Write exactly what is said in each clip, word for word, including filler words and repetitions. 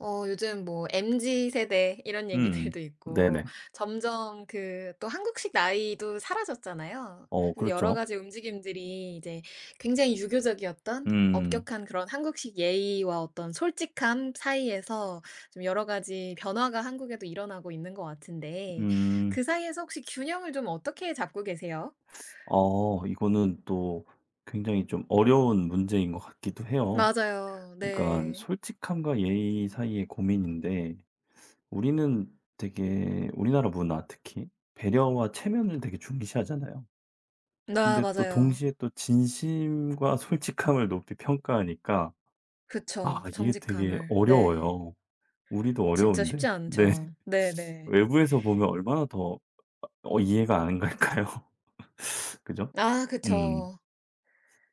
어 요즘 뭐 엠지 세대 이런 음. 얘기들도 있고 네네. 점점 그 또 한국식 나이도 사라졌잖아요. 어 그래서 여러 그렇죠. 가지 움직임들이 이제 굉장히 유교적이었던 음. 엄격한 그런 한국식 예의와 어떤 솔직함 사이에서 좀 여러 가지 변화가 한국에도 일어나고 있는 것 같은데 음. 그 사이에서 혹시 균형을 좀 어떻게 잡고 계세요? 어 이거는 또 굉장히 좀 어려운 문제인 것 같기도 해요. 맞아요. 그러니까 네. 솔직함과 예의 사이의 고민인데 우리는 되게 우리나라 문화 특히 배려와 체면을 되게 중시하잖아요. 나 근데 또 맞아요. 동시에 또 진심과 솔직함을 높이 평가하니까 아 그쵸. 이게 되게 정직함을. 네. 어려워요. 우리도 진짜 쉽지 어려운데 네. 않죠. 네네. 외부에서 보면 얼마나 더 어 이해가 안 갈까요? 그죠? 아 음. 그쵸.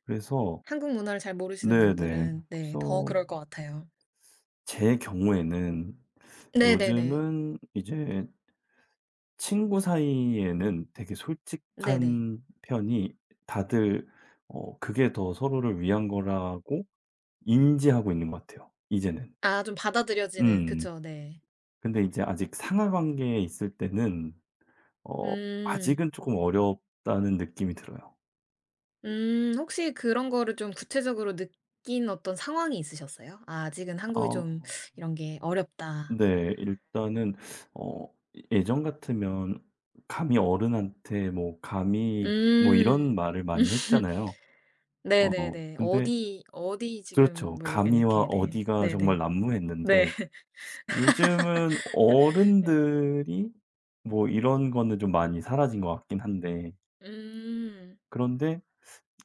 그래서 한국 문화를 잘 모르시는 네네. 분들은 네 더 그래서 그럴 것 같아요. 제 경우에는 네네네. 요즘은 이제 친구 사이에는 되게 네네. 솔직한 편이 다들 어 그게 더 서로를 위한 거라고 인지하고 있는 것 같아요, 이제는. 아 좀 받아들여지는 음. 그쵸. 네. 근데 이제 아직 상하 관계에 있을 때는 어 음. 아직은 쪼끔 어렵다는 느낌이 들어요. 음 혹시 그런 거를 좀 구체적으로 느낀 어떤 상황이 있으셨어요? '아 아직은 한국이 좀 어. 이런 게 어렵다.' 네. 일단은 어 예전 같으면 감히 어른한테 뭐 "감히" 뭐 음. 이런 말을 많이 했잖아요. 어 네네네. 근데 어디 어디 지금 그렇죠. 뭐 약간 "감히와 이렇게 네. 어디가." 정말 네네. 네. 난무했는데 요즘은 네. 어른들이 뭐 이런 거는 좀 많이 사라진 것 같긴 한데 음. 그런데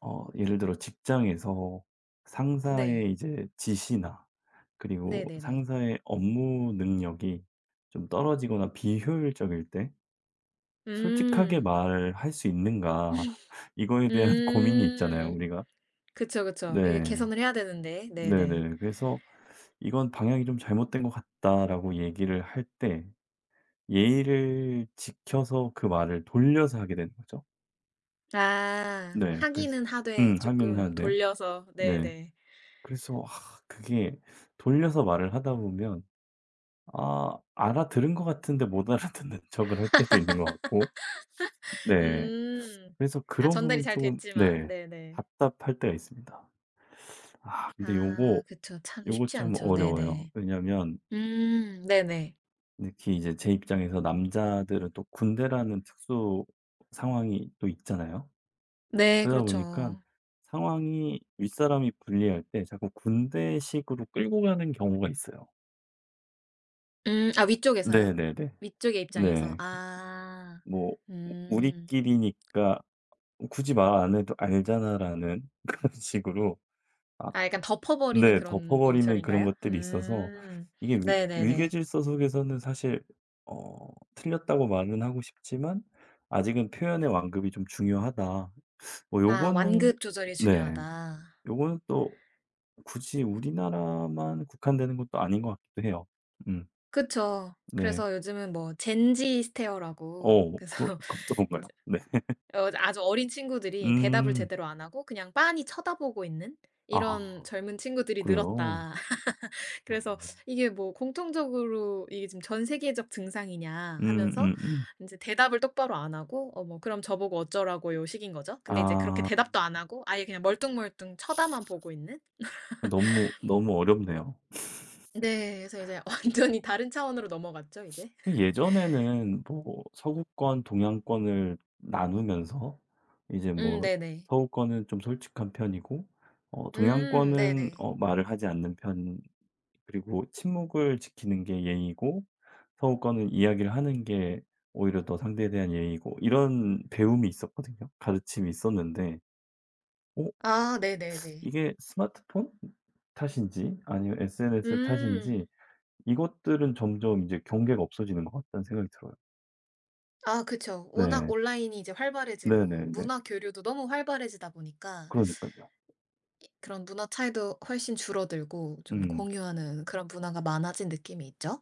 어 예를 들어 직장에서 네. 상사의 이제 지시나 그리고 네네네. 상사의 업무 능력이 좀 떨어지거나 비효율적일 때 솔직하게 음. 말할 수 있는가 이거에 대한 고민이 있잖아요, 음. 우리가. 그쵸, 그쵸. 예 네. 개선을 해야 되는데. 네네. 네네. 그래서 "이건 방향이 좀 잘못된 것 같다."라고 얘기를 할 때 예의를 지켜서 그 말을 돌려서 하게 되는 거죠. 아 네. 그래서 하기는 하되 음 하긴 조금 하는데 돌려서 네. 네네. 그래서 아 그게 돌려서 말을 하다 보면 아 알아들은 것 같은데 못 알아듣는 척을 할 때도 있는 것 같고 네. 음. 그래서 아 그런 전달이 부분이 잘 조금 됐지만 네 네네. 답답할 때가 있습니다. 아 근데 요거 아 그쵸. 참 요거 쉽지 참 않죠. 어려워요. 네네. 왜냐면 음 네네. 특히 이제 제 입장에서 남자들은 또 군대라는 특수 상황이 또 있잖아요. 네 그러다 보니까 그렇죠. 상황이 윗사람이 불리할 때 자꾸 군대식으로 끌고 가는 경우가 있어요. 음 아 위쪽에서요? 네네네. 위쪽의 입장에서. 네. 아. 뭐 "우 리 음. 끼리니까 굳이 말 안 해도 알잖아."라는 그런 식으로 아 아 약간 덮어 버리는 네. 그런 덮어버리는 그런 일처리인가요? 것들이 있어서 음. 이게 위 네네네. 위계질서 속에서는 사실 어 틀렸다고 말은 하고 싶지만 "아직은 표현의 완급이 좀 중요하다." 뭐 아 요거는 완급 조절이 네. 중요하다. 요거는 또 굳이 우리나라만 국한되는 것도 아닌 것 같기도 해요. 음 그쵸. 네. 그래서 요즘은 뭐 젠지 스테어라고 어 그래서 그거 그것도 이제 뭔가요? 네. 어 아주 어린 친구들이 대답을 음. 제대로 안 하고 그냥 빤히 쳐다보고 있는 아 이런 젊은 친구들이 그래요? 늘었다. 그래서 아. 이게 뭐 공통적으로 이게 지금 전 세계적 증상이냐 하면서 음음음. 이제 대답을 똑바로 안 하고 어 뭐 "그럼 저보고 어쩌라고요?" 식인 거죠. 근데 이제 그렇게 아 대답도 안 하고 아예 그냥 멀뚱멀뚱 쳐다만 보고 있는? 너무, 너무 어렵네요. 네. 그래서 이제 완전히 다른 차원으로 넘어갔죠 이제. 예전에는 뭐 서구권, 동양권을 나누면서 이제 음 뭐 네네. 서구권은 좀 솔직한 편이고 어 음 동양권은 네네. 어 말을 하지 않는 편 그리고 침묵을 지키는 게 예의고 서구권은 이야기를 하는 게 오히려 더 상대에 대한 예의고 이런 배움이 있었거든요. 가르침이 있었는데 어 아 네네네. 이게 스마트폰 탓인지 아니면 에스엔에스 음. 탓인지 이것들은 점점 이제 경계가 없어지는 것 같다는 생각이 들어요. 아 그쵸. 워낙 네. 온라인이 이제 활발해지고 네네네. 문화 교류도 너무 활발해지다 보니까 그러니깐요. 그런 문화 차이도 훨씬 줄어들고 좀 음. 공유하는 그런 문화가 많아진 느낌이 있죠.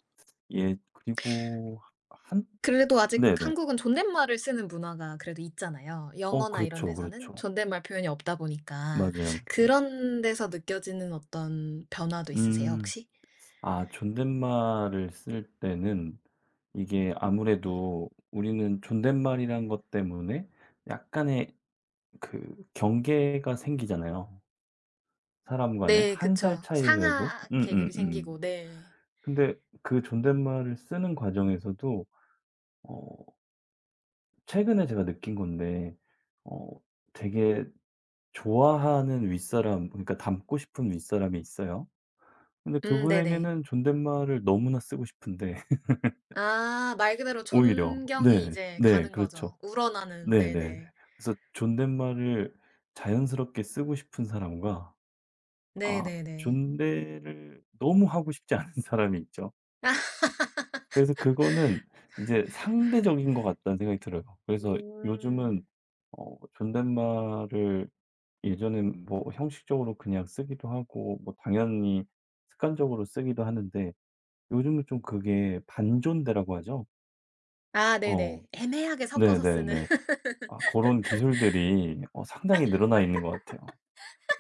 예 그리고 한 그래도 아직 네네. 한국은 존댓말을 쓰는 문화가 그래도 있잖아요. 어 영어나 이런 그렇죠, 데서는 그렇죠. 존댓말 표현이 없다 보니까 맞아요, 맞아요. 그런 데서 느껴지는 어떤 변화도 있으세요, 음. 혹시? 아 존댓말을 쓸 때는 이게 아무래도 우리는 존댓말이란 것 때문에 약간의 그 경계가 생기잖아요, 사람 간에. 네 한 살 그쵸. 차이라도. 상하 계급이 음음음. 생기고 네. 근데 그 존댓말을 쓰는 과정에서도 어 최근에 제가 느낀 건데 어 되게 좋아하는 윗사람 그러니까 닮고 싶은 윗사람이 있어요. 근데 음 네네. 그분에게는 존댓말을 너무나 쓰고 싶은데 아 말 그대로 오히려 존경이 네. 이제 네. 가는 거죠. 그렇죠. 우러나는. 네네네. 네네. 그래서 존댓말을 자연스럽게 쓰고 싶은 사람과 아 네네네. 존대를 너무 하고 싶지 않은 사람이 있죠. 그래서 그거는 이제 상대적인 것 같다는 생각이 들어요. 그래서 요즘은 음. 어 존댓말을 예전엔 뭐 형식적으로 그냥 쓰기도 하고 뭐 당연히 습관적으로 쓰기도 하는데 요즘은 좀 그게 반존대라고 하죠. 아 어. 네네. 애매하게 섞어서 쓰는. 네네네. 아 고런 기술들이 어 상당히 늘어나 있는 것 같아요.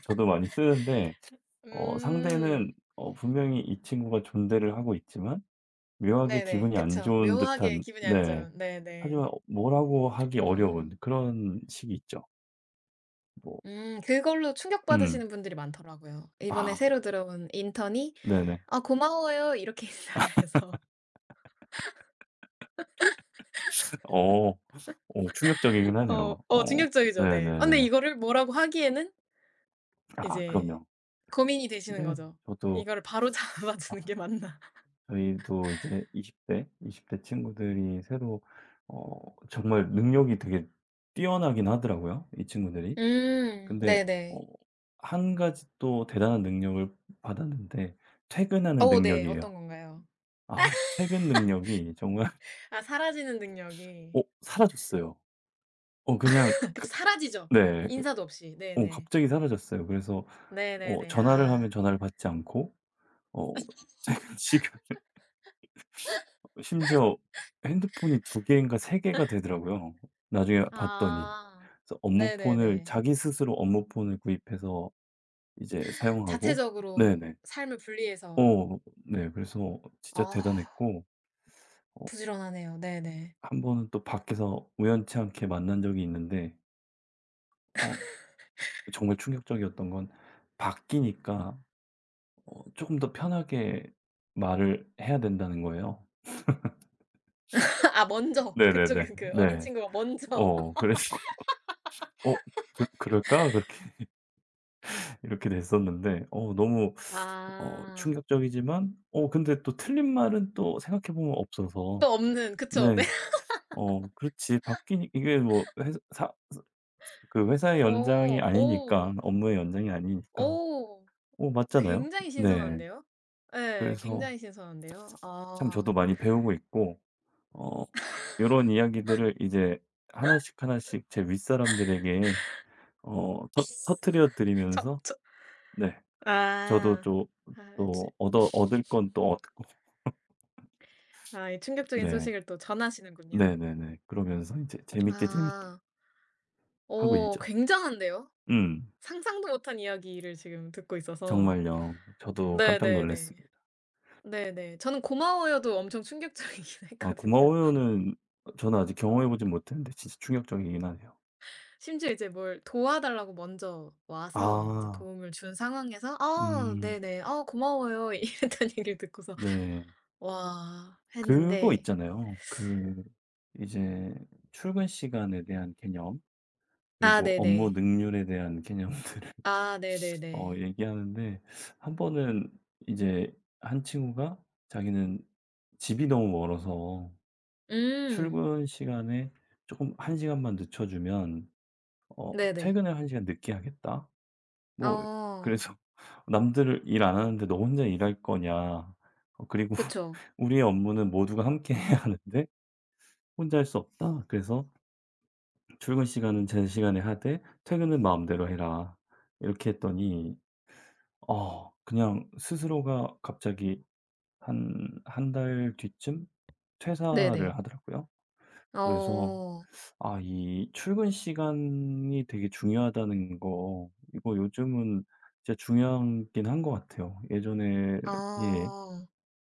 저도 많이 쓰는데 어 상대는 음. 어 분명히 이 친구가 존대를 하고 있지만 묘하게 네네. 기분이 안 그쵸. 좋은 묘하게 듯한 기분이 안 네. 좋은. 하지만 네네. 어 뭐라고 하기 어려운 음. 그런 식이 있죠. 뭐 음 그걸로 음. 충격받으시는 분들이 많더라고요. 이번에 아 새로 들어온 인턴이 네네. "아 고마워요." 이렇게 인사를 해서. 어. 어 충격적이긴 어. 하네요. 어 어 충격적이죠. 네. 아 근데 네네네. 이거를 뭐라고 하기에는 아 이제 그럼요. 고민이 되시는 네. 거죠. 저도 '이거를 바로 잡아 주는 아 게 맞나?' 저희도 이제 20 대, 이십 대 친구들이 새로 어 정말 능력이 되게 뛰어나긴 하더라고요, 이 친구들이. 음 근데 어 네네. 한 가지 또 대단한 능력을 받았는데 퇴근하는 어 네. 어떤 능력이에요. 건가요? 아 퇴근 능력이 정말 아 사라지는 어 능력이 사라졌어요. 어 그냥 그쵸 그 사라지죠. 네. 인사도 없이. 어 네네. 갑자기 사라졌어요. 그래서 어 네네네. 전화를 하면 아. 전화를 받지 않고 어 지금 심지어 핸드폰이 두 개인가 세 개가 되더라고요 나중에 봤더니. 아. 그래서 업무폰을 네네네. 자기 스스로 업무폰을 구입해서 이제 사용하고 자체적으로 네네. 삶을 분리해서 어 네. 그래서 진짜 아 대단했고 어 부지런하네요. 네네. 한 번은 또 밖에서 우연치 않게 만난 적이 있는데 어 정말 충격적이었던 건 바뀌니까 어금더 편하게 말을 해야 된다는 거예요. 아 먼저 그쪽에 네네네. 그 어린 네. 친구가 먼저 어 그래서 '어 그 그럴까?' 그렇게 이렇게 됐었는데 어 너무 어 아. 충격적이지만 어 근데 또 틀린 말은 또 생각해 보면 없어서 또 없는 그쵸. 네. 네 어 그렇지 바뀌니 이게 뭐 회사 사 그 회사의 연장이 오, 아니니까 오. 업무의 연장이 아니니까 오. 어 맞잖아요. 굉장히 네. 신선한데요? 예. 그래서 굉장히 신선한데요. 참 아. 저도 많이 배우고 있고 어 이런 이야기들을 이제 하나씩 하나씩 제 윗사람들에게 어 터 터뜨려 저 드리면서 저 네 저도 아. 또 아 지- 또 얻어 얻을 건 또 얻고 아 이 충격적인 네. 소식을 또 전하시는군요. 네네네. 그러면서 이제 재밌게, 재밌게 아. 하고 오, 있죠. 굉장한데요? 음. 상상도 못한 이야기를 지금 듣고 있어서. 정말요. 저도 깜짝 네네네. 놀랐습니다. 네네. 저는 고마워요도 엄청 충격적이긴 아 했거든요. 고마워요는 저는 아직 경험해 보진 못했는데 진짜 충격적이긴 하네요. 심지어 이제 뭘 도와달라고 먼저 와서 이제 아. 도움을 준 상황에서 "아 음. 네네. 아 고마워요." 이랬던 얘기를 듣고서 네. "와." 그거 했는데 있잖아요. 그 이제 출근 시간에 대한 개념 아 그리고 업무 네네. 능률에 대한 개념. 아 어 네네네. 얘기하는데 한 번은 이제 한 친구가 자기는 집이 너무 멀어서 음. 출근 시간에 조금 한 시간만 늦춰 주면 어 네네. 퇴근을 한 시간 늦게 하겠다. 뭐 어. 그래서 "남들 일 안 하는데 너 혼자 일할 거냐. 어 그리고 그쵸. 우리의 업무는 모두가 함께 해야 하는데 혼자 할 수 없다. 그래서 출근 시간은 제 시간에 하되 퇴근은 마음대로 해라." 이렇게 했더니 어 그냥 스스로가 갑자기 한 한 달 뒤쯤 퇴사를 네네. 하더라고요. 그래서 어. 아 이 출근 시간이 되게 중요하다는 거 이거 요즘은 진짜 중요하긴 한 것 같아요. 예전에 비해 아.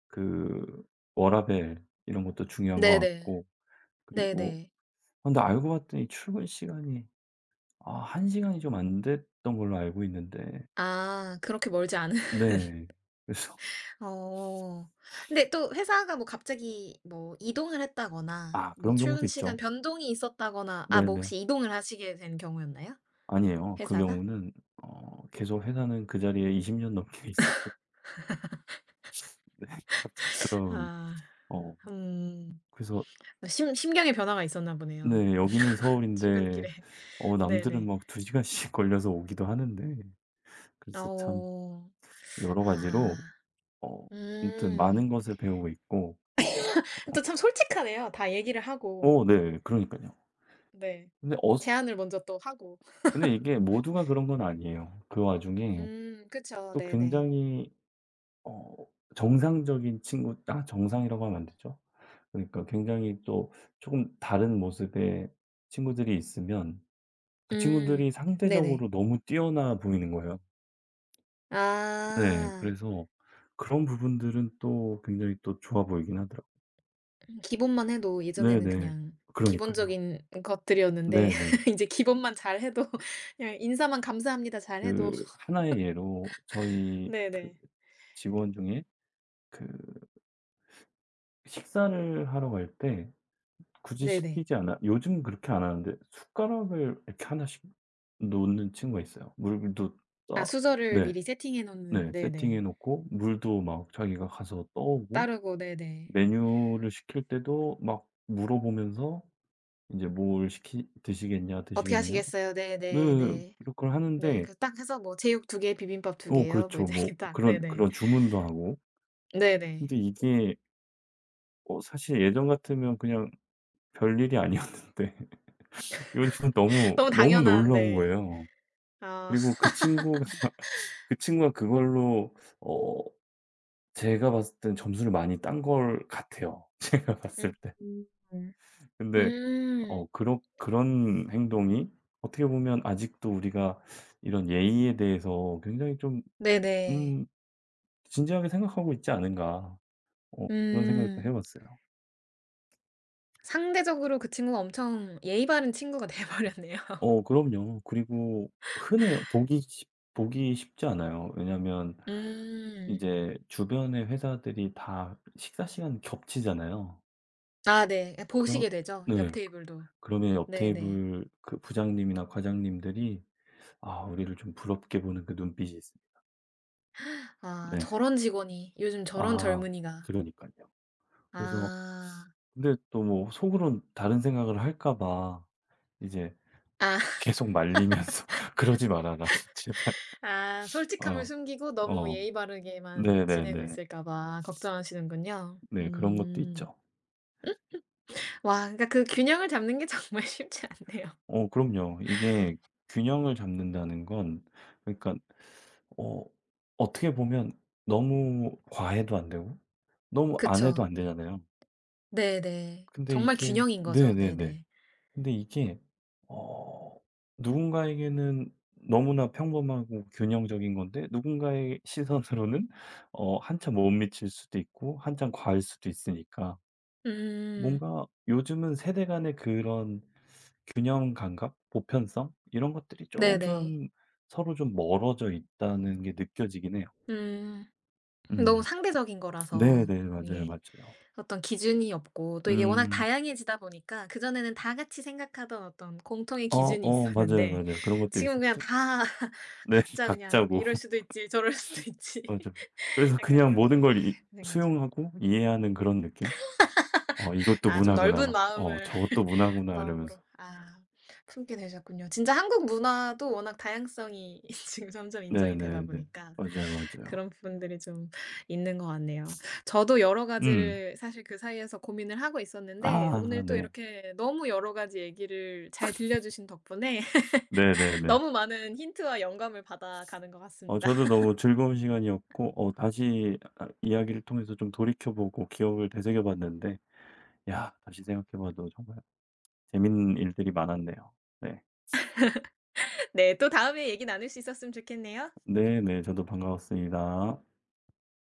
그 워라밸 이런 것도 중요한 것 네네. 같고 그리고 네네. 아, 근데 알고 봤더니 출근 시간이 아 한 시간이 좀 안 됐던 걸로 알고 있는데 아 그렇게 멀지 않은 네. 그래서 어. 근데 또 회사가 뭐 갑자기 뭐 이동을 했다거나 아 뭐 그런 출근 경우도 시간 있죠. 변동이 있었다거나 아 뭐 네네. 혹시 이동을 하시게 된 경우였나요? 아니에요. 그 회사가? 경우는 어 계속 회사는 그 자리에 이십 년 넘게 있었고 네 갑작스러운 아. 어 음. 그래서 아, 심 심경의 변화가 있었나 보네요, 네 여기는 서울인데 출근길에. 어 남들은 네네. 막 두 시간씩 걸려서 오기도 하는데 그래서 참 어. 여러 가지로 아. 어 아무튼 많은 음. 것을 배우고 있고 또 참 솔직하네요. 다 얘기를 어 하고. 네 그러니까요 네. 근데 어 제안을 먼저 또 하고. 근데 이게 모두가 그런 건 아니에요. 그 와중에 음 그쵸. 또 네네. 굉장히 어 정상적인 친구 아 정상이라고 하면 안 되죠. 그러니까 굉장히 또 조금 다른 모습의 친구들이 있으면 그 음. 친구들이 네네. 상대적으로 너무 뛰어나 보이는 거예요. 네. 아. 그래서 그런 부분들은 또 굉장히 또 좋아 보이긴 하더라고요. 음 기본만 해도 예전에는 네네. 그냥 그러니깐요. 기본적인 것들이었는데 네네. 이제 기본만 잘해도 그냥 인사만 "감사합니다." 잘해도 그 하나의 예로 저희 그 네네. 직원 중에 그 식사를 하러 갈 때 굳이 네네. 시키지 않아 요즘 그렇게 안 하는데 숟가락을 이렇게 하나씩 놓는 친구가 있어요. 물도 아 떠 수저를 네. 미리 세팅해 놓는 네. 세팅해 네네. 놓고 물도 막 자기가 가서 떠오고 따르고 네네. 메뉴를 시킬 때도 막 물어보면서 이제 "뭘 시키 드시겠냐, "어떻게 드시겠냐?" 하시겠어요?" 네. 네네네. 그런 걸 네. 하는데 그래서 딱 해서 뭐 "제육 두 개, 비빔밥 두 어 개요." 뭐 그렇죠. 이제 뭐 이렇게 딱 그런 네네. 그런 주문도 하고. 네네. 근데 이게 어 사실 예전 같으면 그냥 별일이 아니었는데 요즘은 너무, 너무 너무 당연한 놀라운 네. 거예요. 아. 그리고 그 친구가 그 친구가 그걸로 어 제가 봤을 땐 점수를 많이 딴 걸 같아요, 제가 봤을 음. 때. 근데 음. 어 그런 그런 행동이 어떻게 보면 아직도 우리가 이런 예의에 대해서 굉장히 좀 네네. 음 진지하게 생각하고 있지 않은가 어 그런 생각을 또 해 음. 봤어요. 상대적으로 그 친구가 엄청 예의 바른 친구가 돼 버렸네요. 어 그럼요. 그리고 흔해요. 보기 쉽 보기 쉽지 않아요. 왜냐면 음. 이제 주변의 회사들이 다 식사 시간 겹치잖아요. 아 네. 예 그러 보시게 되죠, 옆 네. 테이블도. 그러면 옆 네네. 테이블 그 부장님이나 과장님들이 아 우리를 좀 부럽게 보는 그 눈빛이 있습니다. 아 네. 저런 직원이 요즘 저런 아 젊은이가. 그러니까요 그래서 아. 근데 또 뭐 속으론 다른 생각을 할까 봐 이제 아. 계속 말리면서 "그러지 말아라 제발." 아 솔직함을 어. 숨기고 너무 어. 예의 바르게만 지내고 네네네. 있을까 봐 걱정하시는군요. 네. 그런 것도 음. 있죠. 와 그러니까 그 균형을 잡는 게 정말 쉽지 않네요. 어 그럼요. 이게 균형을 잡는다는 건 그러니까 어 어떻게 보면 너무 과해도 안 되고 너무 안 그쵸. 해도 안 되잖아요. 네네. 근데 정말 이게 균형인 거죠. 네네네. 네네. 근데 이게 어 누군가에게는 너무나 평범하고 균형적인 건데 누군가의 시선으로는 어 한참 못 미칠 수도 있고 한참 과할 수도 있으니까 음. 뭔가 요즘은 세대 간의 그런 균형 감각, 보편성 이런 것들이 조 네네. 금 서로 좀 멀어져 있다는 게 느껴지긴 해요. 음. 너무 음. 상대적인 거라서 네네. 맞아요, 이게 맞아요. 어떤 기준이 없고 또 이게 워낙 음. 다양해지다 보니까 그전에는 다 같이 생각하던 어떤 공통의 어 기준이 어 맞아요, 있었는데 맞아요. 그런 것들이 지금은 그냥 있었죠. 다 네. 각자 그냥 각자고. 이럴 수도 있지 저럴 수도 있지. 맞아. 그래서 약간 그냥 모든 이렇게 걸 이 된 거죠. 수용하고 이해하는 그런 느낌? '어 이것도 아 좀 넓은 문화구나. 어 마음을 저것도 문화구나.' 마음으로 이러면서. 아 품게 되셨군요. 진짜 한국 문화도 워낙 다양성이 지금 점점 인정이 되다 네네네. 보니까 맞아요, 맞아요. 그런 부분들이 좀 있는 것 같네요. 저도 여러 음. 가지를 사실 그 사이에서 고민을 하고 있었는데 아 오늘 또 네. 이렇게 너무 여러 가지 얘기를 잘 들려주신 덕분에 네네네. 너무 많은 힌트와 영감을 받아가는 것 어 같습니다. 저도 너무 즐거운 시간이었고 어 다시 아 이야기를 통해서 좀 돌이켜 보고 기억을 되새겨 봤는데 야 다시 생각해 봐도 정말 재밌는 일들이 많았네요. 네. 네. 또 다음에 얘기 나눌 수 있었으면 좋겠네요. 네네. 저도 반가웠습니다.